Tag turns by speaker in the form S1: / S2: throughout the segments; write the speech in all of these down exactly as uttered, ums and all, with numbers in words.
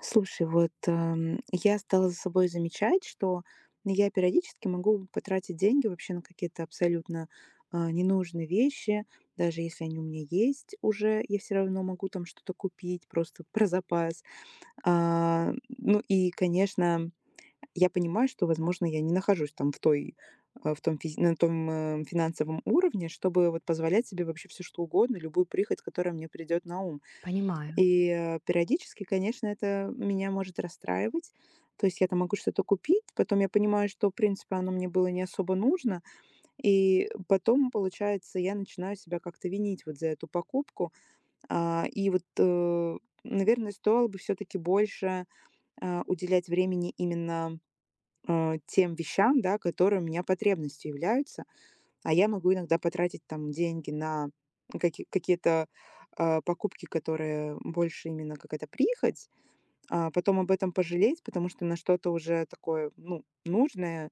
S1: Слушай, вот эм, я стала за собой замечать, что я периодически могу потратить деньги вообще на какие-то абсолютно а, ненужные вещи, даже если они у меня есть уже, я все равно могу там что-то купить просто про запас. А, ну и, конечно, я понимаю, что, возможно, я не нахожусь там в той а, в том, физ- на том э, финансовом уровне, чтобы вот позволять себе вообще все что угодно, любую прихоть, которая мне придет на ум.
S2: Понимаю,
S1: И, э, периодически, конечно, это меня может расстраивать. То есть я там могу что-то купить, потом я понимаю, что, в принципе, оно мне было не особо нужно, и потом, получается, я начинаю себя как-то винить вот за эту покупку. А, и вот, э, Наверное, стоило бы все таки больше а, уделять времени именно а, тем вещам, да, которые у меня потребностью являются. А я могу иногда потратить там деньги на каки какие-то а, покупки, которые больше именно какая-то прихоть, а потом об этом пожалеть, потому что на что-то уже такое, ну, нужное,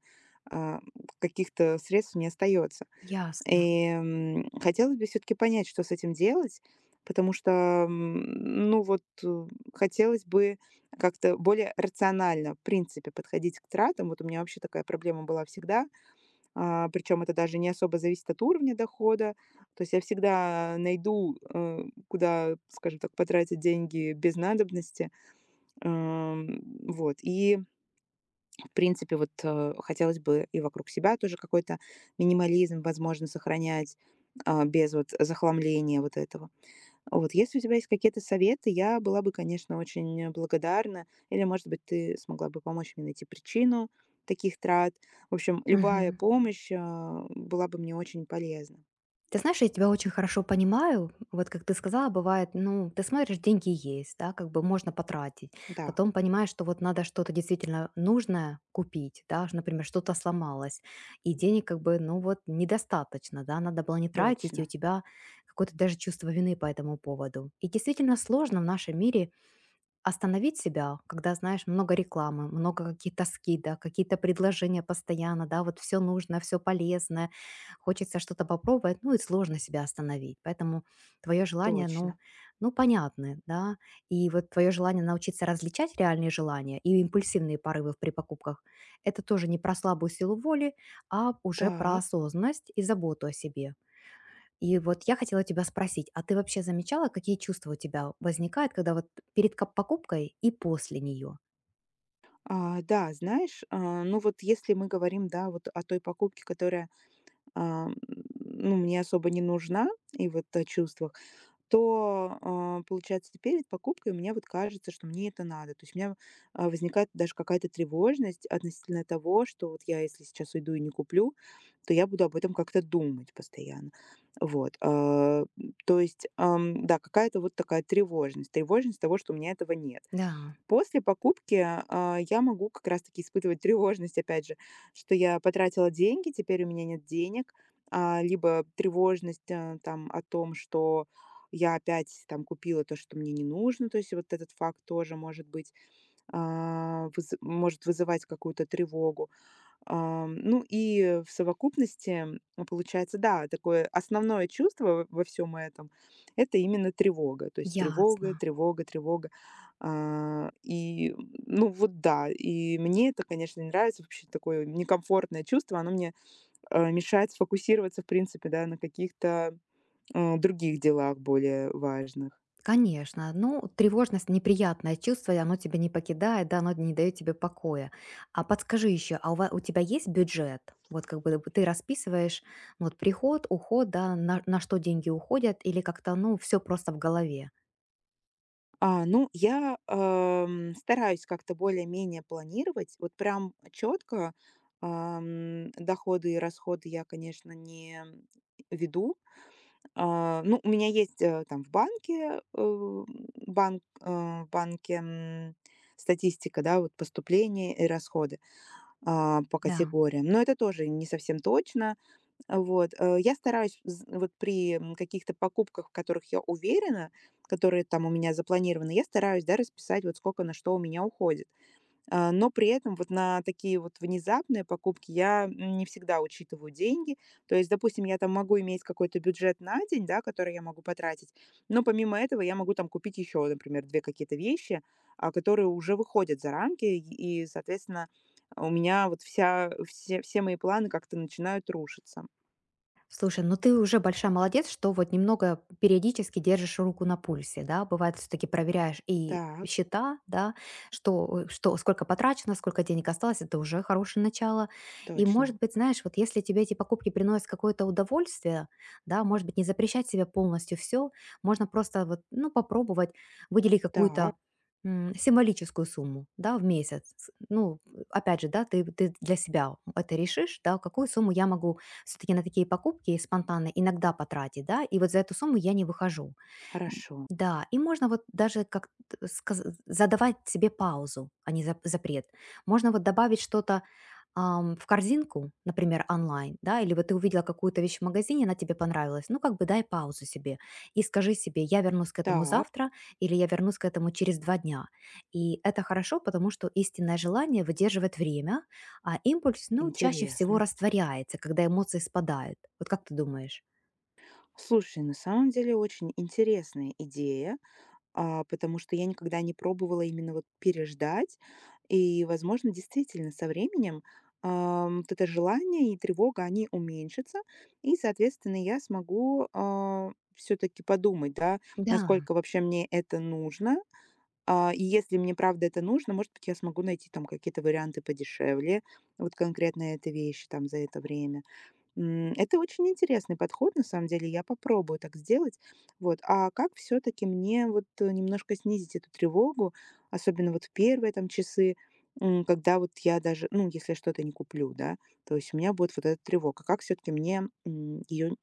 S1: а, каких-то средств не остается.
S2: ясно.
S1: И, м, хотелось бы все таки понять, что с этим делать, потому что, м, ну вот, э, хотелось бы как-то более рационально, в принципе, подходить к тратам. Вот у меня вообще такая проблема была всегда. А, причем это даже не особо зависит от уровня дохода. То есть я всегда найду, э, куда, скажем так, потратить деньги без надобности. Ам, Вот. И, в принципе, вот э, хотелось бы и вокруг себя тоже какой-то минимализм, возможно, сохранять а, без вот захламления вот этого. Вот, если у тебя есть какие-то советы, я была бы, конечно, очень э, благодарна. Или, может быть, ты смогла бы помочь мне найти причину таких трат. В общем, любая
S2: Мгм.
S1: помощь, а, была бы мне очень полезна.
S2: Ты знаешь, я тебя очень хорошо понимаю. Вот как ты сказала, бывает, ну, ты смотришь, деньги есть, да, как бы можно потратить.
S1: Да,
S2: Потом понимаешь, что вот надо что-то действительно нужное купить, да, ж, например, что-то сломалось, и денег как бы, ну, вот недостаточно, да, надо было не тратить, и у
S1: точно,
S2: тебя какое-то даже чувство вины по этому поводу. И действительно сложно в нашем мире остановить себя, когда, знаешь, много рекламы, много какие то скидок, какие-то предложения постоянно, да, вот все нужно, все полезное, хочется что-то попробовать, ну и сложно себя остановить. Поэтому твое желание, ну,
S1: точно.
S2: ну, понятны, да, и вот твое желание научиться различать реальные желания и импульсивные порывы при покупках, это тоже не про слабую силу воли, а уже про
S1: Так,
S2: осознанность и заботу о себе. И вот я хотела тебя спросить, а ты вообще замечала, какие чувства у тебя возникают, когда вот перед ка- покупкой и после нее?
S1: а, да, знаешь, а, ну вот если мы говорим, да, вот о той покупке, которая, а, м, ну, мне особо не нужна, и вот то чувство то, а, получается, перед покупкой мне вот кажется, что мне это надо. То есть у меня, а, возникает даже какая-то тревожность относительно того, что вот я, если сейчас уйду и не куплю, то я буду об этом как-то думать постоянно. Вот. а, То есть, ам, да, какая-то вот такая тревожность. Тревожность того, что у меня этого нет.
S2: Да,
S1: После покупки, а, я могу как раз-таки испытывать тревожность, опять же, что я потратила деньги, теперь у меня нет денег, а, либо тревожность, а, там, о том, что я опять там купила то, что мне не нужно. То есть вот этот факт тоже может быть, а, выз может вызывать какую-то тревогу. Ам, ну и в совокупности, а, получается, да, такое основное чувство во всем этом — это именно тревога. То есть тревога,
S2: ясно.
S1: тревога, тревога. А, и, ну вот да, и мне это, конечно, не нравится. Вообще такое некомфортное чувство. Оно мне, э, мешает сфокусироваться, в принципе, да, на каких-то, э, других делах более важных.
S2: Конечно, ну, тревожность, неприятное чувство, и оно тебя не покидает, да, оно не дает тебе покоя. А подскажи еще, а у, ва- у тебя есть бюджет? Вот как бы ты расписываешь, ну, вот приход, уход, да, на, на что деньги уходят, или как-то, ну, все просто в голове?
S1: А, ну, я, ам, стараюсь как-то более-менее планировать. Вот прям четко доходы и расходы я, конечно, не веду. А, ну, у меня есть, э, там в банке, э, банк, э, в банке, м, статистика, да, вот поступления и расходы а, по
S2: Да.
S1: категориям. Но это тоже не совсем точно. Вот. э, Я стараюсь з- вот при м, каких-то покупках, в которых я уверена, которые там у меня запланированы, я стараюсь, да, расписать вот сколько на что у меня уходит. А, но при этом вот на такие вот внезапные покупки я не всегда учитываю деньги. То есть, допустим, я там могу иметь какой-то бюджет на день, да, который я могу потратить, но помимо этого я могу там купить еще, например, две какие-то вещи, а, которые уже выходят за рамки, и, и, соответственно, у меня вот вся, все, все мои планы как-то начинают рушиться.
S2: Слушай, ну ты уже большая молодец, что вот немного периодически держишь руку на пульсе, да, бывает все-таки проверяешь и
S1: Так,
S2: счета, да, что, э, что, сколько потрачено, сколько денег осталось, это уже хорошее начало. И, может
S1: точно.
S2: быть, знаешь, вот если тебе эти покупки приносят какое-то удовольствие, да, может быть, не запрещать себе полностью все, можно просто вот, ну, попробовать выделить
S1: Так,
S2: какую-то м, символическую сумму, да, в месяц. Ну, опять же, да, ты, ты для себя это решишь, да, какую сумму я могу все-таки на такие покупки спонтанно иногда потратить, да, и вот за эту сумму я не выхожу,
S1: хорошо.
S2: да, и можно вот даже как т сказ задавать себе паузу, а не зап запрет. Можно вот добавить что-то, ам, в корзинку, например, онлайн, да, или вот ты увидела какую-то вещь в магазине, она тебе понравилась, ну, как бы дай паузу себе и скажи себе: "Я вернусь к этому
S1: Так,
S2: завтра" или "Я вернусь к этому через два дня". И это хорошо, потому что истинное желание выдерживает время, а импульс, ну, чаще всего
S1: интересно.
S2: растворяется, когда эмоции спадают. Вот как ты думаешь?
S1: Слушай, на самом деле очень интересная идея. А, потому что я никогда не пробовала именно вот переждать. И, возможно, действительно, со временем, ам, вот это желание и тревога, они уменьшатся. И, соответственно, я смогу все-таки подумать, да,
S2: Да.
S1: насколько вообще мне это нужно. А, и если мне правда это нужно, может быть, я смогу найти там какие-то варианты подешевле, вот конкретно этой вещи там за это время. М, это очень интересный подход, на самом деле. Я попробую так сделать. Вот. А как все-таки мне вот э, немножко снизить эту тревогу, особенно вот в первые там часы, м, когда вот я даже, ну, если я что-то не куплю, да, то есть у меня будет вот эта тревога. Как все-таки мне ее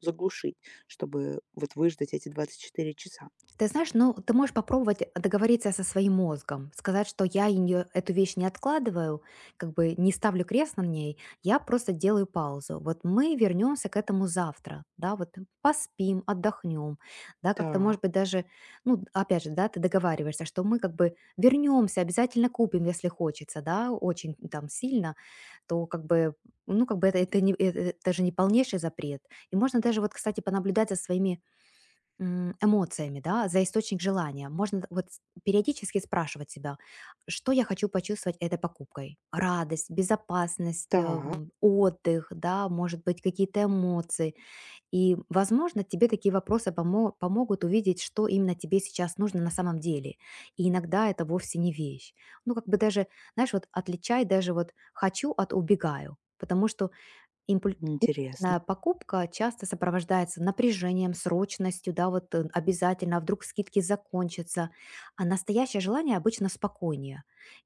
S1: заглушить, чтобы вот выждать эти двадцать четыре часа?
S2: Ты знаешь, ну, ты можешь попробовать договориться со своим мозгом, сказать, что я её- эту вещь не откладываю, как бы не ставлю крест на ней, я просто делаю паузу. Вот мы вернемся к этому завтра, да, вот поспим, отдохнем, да, как-то, может
S1: Так,
S2: быть, даже, ну, опять же, да, ты договариваешься, что мы как бы вернемся, обязательно купим, если хочется, да, очень там сильно, то как бы, ну, как бы это, это, не, это, это же не полнейший запрет. И можно даже вот, кстати, понаблюдать за своими м, эмоциями, да, за источник желания. Можно вот с- периодически спрашивать себя, что я хочу почувствовать этой покупкой. Радость, безопасность, э,
S1: так,
S2: м, отдых, да, может быть, какие-то эмоции. И, возможно, тебе такие вопросы помо- помогут увидеть, что именно тебе сейчас нужно на самом деле. И иногда это вовсе не вещь. Ну, как бы даже, знаешь, вот отличай даже вот «хочу» от «убегаю». Потому что импульсивная
S1: интересно.
S2: покупка часто сопровождается напряжением, срочностью, да, вот э, обязательно, а вдруг скидки закончатся. А настоящее желание обычно спокойнее.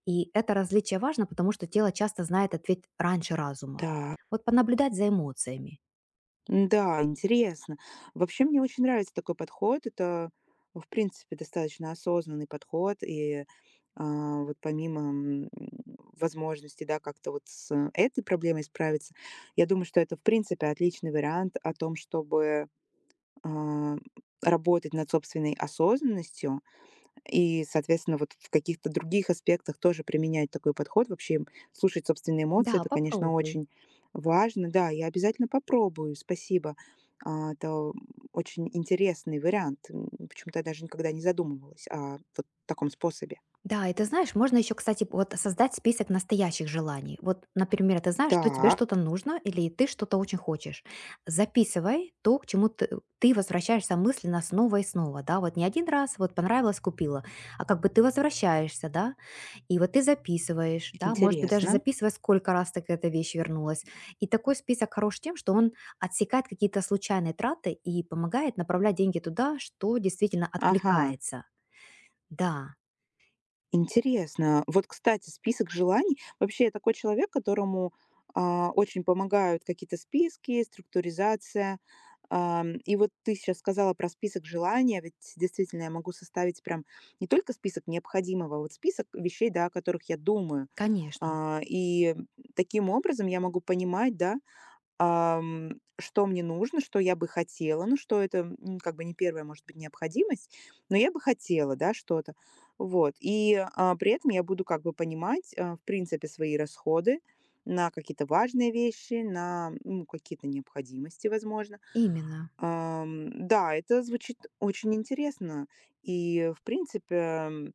S2: И это различие важно, потому что тело часто знает ответ раньше разума.
S1: Так.
S2: Вот понаблюдать за эмоциями.
S1: Да, интересно. Вообще мне очень нравится такой подход. Это, в принципе, достаточно осознанный подход. И а, вот помимо м, возможности, да, как-то вот с этой проблемой справиться, я думаю, что это, в принципе, отличный вариант о том, чтобы а, работать над собственной осознанностью, и, соответственно, вот в каких-то других аспектах тоже применять такой подход. Вообще м, слушать собственные эмоции,
S2: Да,
S1: это, конечно,
S2: попробуй.
S1: очень важно. Да, я обязательно попробую, спасибо. А, Это очень интересный вариант. М, Почему-то я даже никогда не задумывалась о вот таком способе.
S2: Да, и ты знаешь, можно еще, кстати, вот создать список настоящих желаний. Вот, например, ты знаешь, что тебе
S1: Так,
S2: что-то нужно или ты что-то очень хочешь. Записывай то, к чему ты, ты возвращаешься мысленно снова и снова, да, вот не один раз, вот понравилось, купила, а как бы ты возвращаешься, да, и вот ты записываешь, да, может быть, даже
S1: интересно.
S2: записывай, сколько раз ты к этой вещи вернулась. И такой список хорош тем, что он отсекает какие-то случайные траты и помогает направлять деньги туда, что действительно
S1: Ага.
S2: откликается. Да,
S1: Интересно. Вот, кстати, список желаний. Вообще, я такой человек, которому а, очень помогают какие-то списки, структуризация. Ам, и вот ты сейчас сказала про список желаний, а ведь действительно я могу составить прям не только список необходимого, а вот список вещей, да, о которых я думаю.
S2: конечно.
S1: А, и таким образом я могу понимать, да, ам, что мне нужно, что я бы хотела, ну, что это, м, как бы не первая, может быть, необходимость, но я бы хотела, да, что-то. Вот. И а, при этом я буду как бы понимать, а, в принципе, свои расходы на какие-то важные вещи, на ну, какие-то необходимости, возможно.
S2: Именно.
S1: Ам, да, это звучит очень интересно. И, в принципе, м,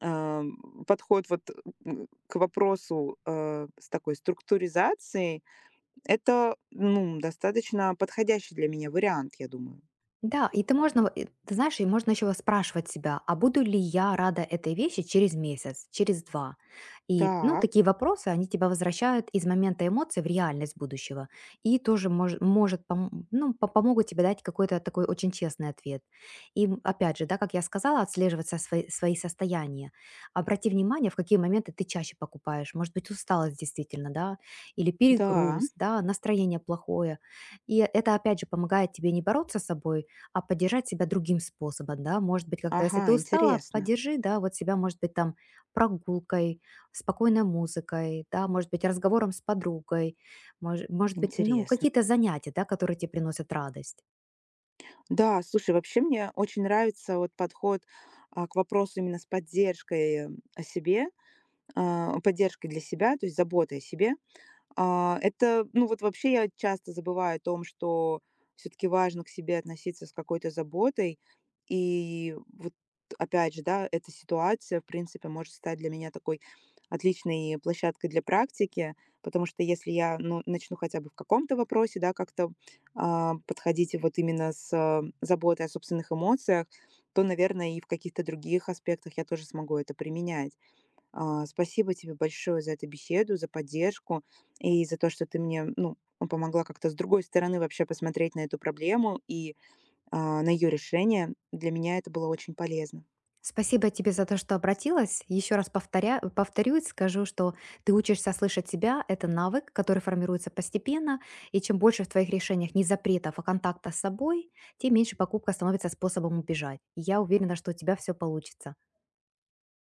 S1: ам, подход вот м, к вопросу э, с такой структуризацией, это, ну, достаточно подходящий для меня вариант, я думаю.
S2: Да, и ты можно, э, ты знаешь, и можно еще спрашивать себя, а буду ли я рада этой вещи через месяц, через два? И, ну,
S1: Так,
S2: такие вопросы, они тебя возвращают из момента эмоций в реальность будущего. И тоже мож, может, пом- ну, по- помогут тебе дать какой-то такой очень честный ответ. И, м, опять же, да, как я сказала, отслеживать со- свои, свои состояния. Обрати внимание, в какие моменты ты чаще покупаешь. Может быть, усталость действительно, да, или
S1: да,
S2: перегруз, да, настроение плохое. И это, опять же, помогает тебе не бороться с собой, а поддержать себя другим способом, да, может быть, как-то, если ты
S1: ага,
S2: устала,
S1: интересно,
S2: поддержи, да, вот себя, может быть, там прогулкой, спокойной музыкой, да, может быть, разговором с подругой, мож- может быть, ну,
S1: интересно.
S2: какие-то занятия, да, которые тебе приносят радость.
S1: Да, слушай, вообще мне очень нравится вот подход а, к вопросу именно с поддержкой э, о себе, а, поддержкой для себя, то есть заботой о себе. А, это, ну, вот вообще я часто забываю о том, что все таки важно к себе относиться с какой-то заботой. И вот опять же, да, эта ситуация, в принципе, может стать для меня такой отличной площадкой для практики, потому что если я, ну, начну хотя бы в каком-то вопросе, да, как-то, а, подходить вот именно с, а, заботой о собственных эмоциях, то, наверное, и в каких-то других аспектах я тоже смогу это применять. А, спасибо тебе большое за эту беседу, за поддержку и за то, что ты мне, ну, помогла как-то с другой стороны вообще посмотреть на эту проблему и а, на ее решение. Для меня это было очень полезно.
S2: Спасибо тебе за то, что обратилась. Еще раз повторя... повторюсь, скажу, что ты учишься слышать себя. Это навык, который формируется постепенно. И чем больше в твоих решениях не запретов, а контакта с собой, тем меньше покупка становится способом убежать. И я уверена, что у тебя все получится.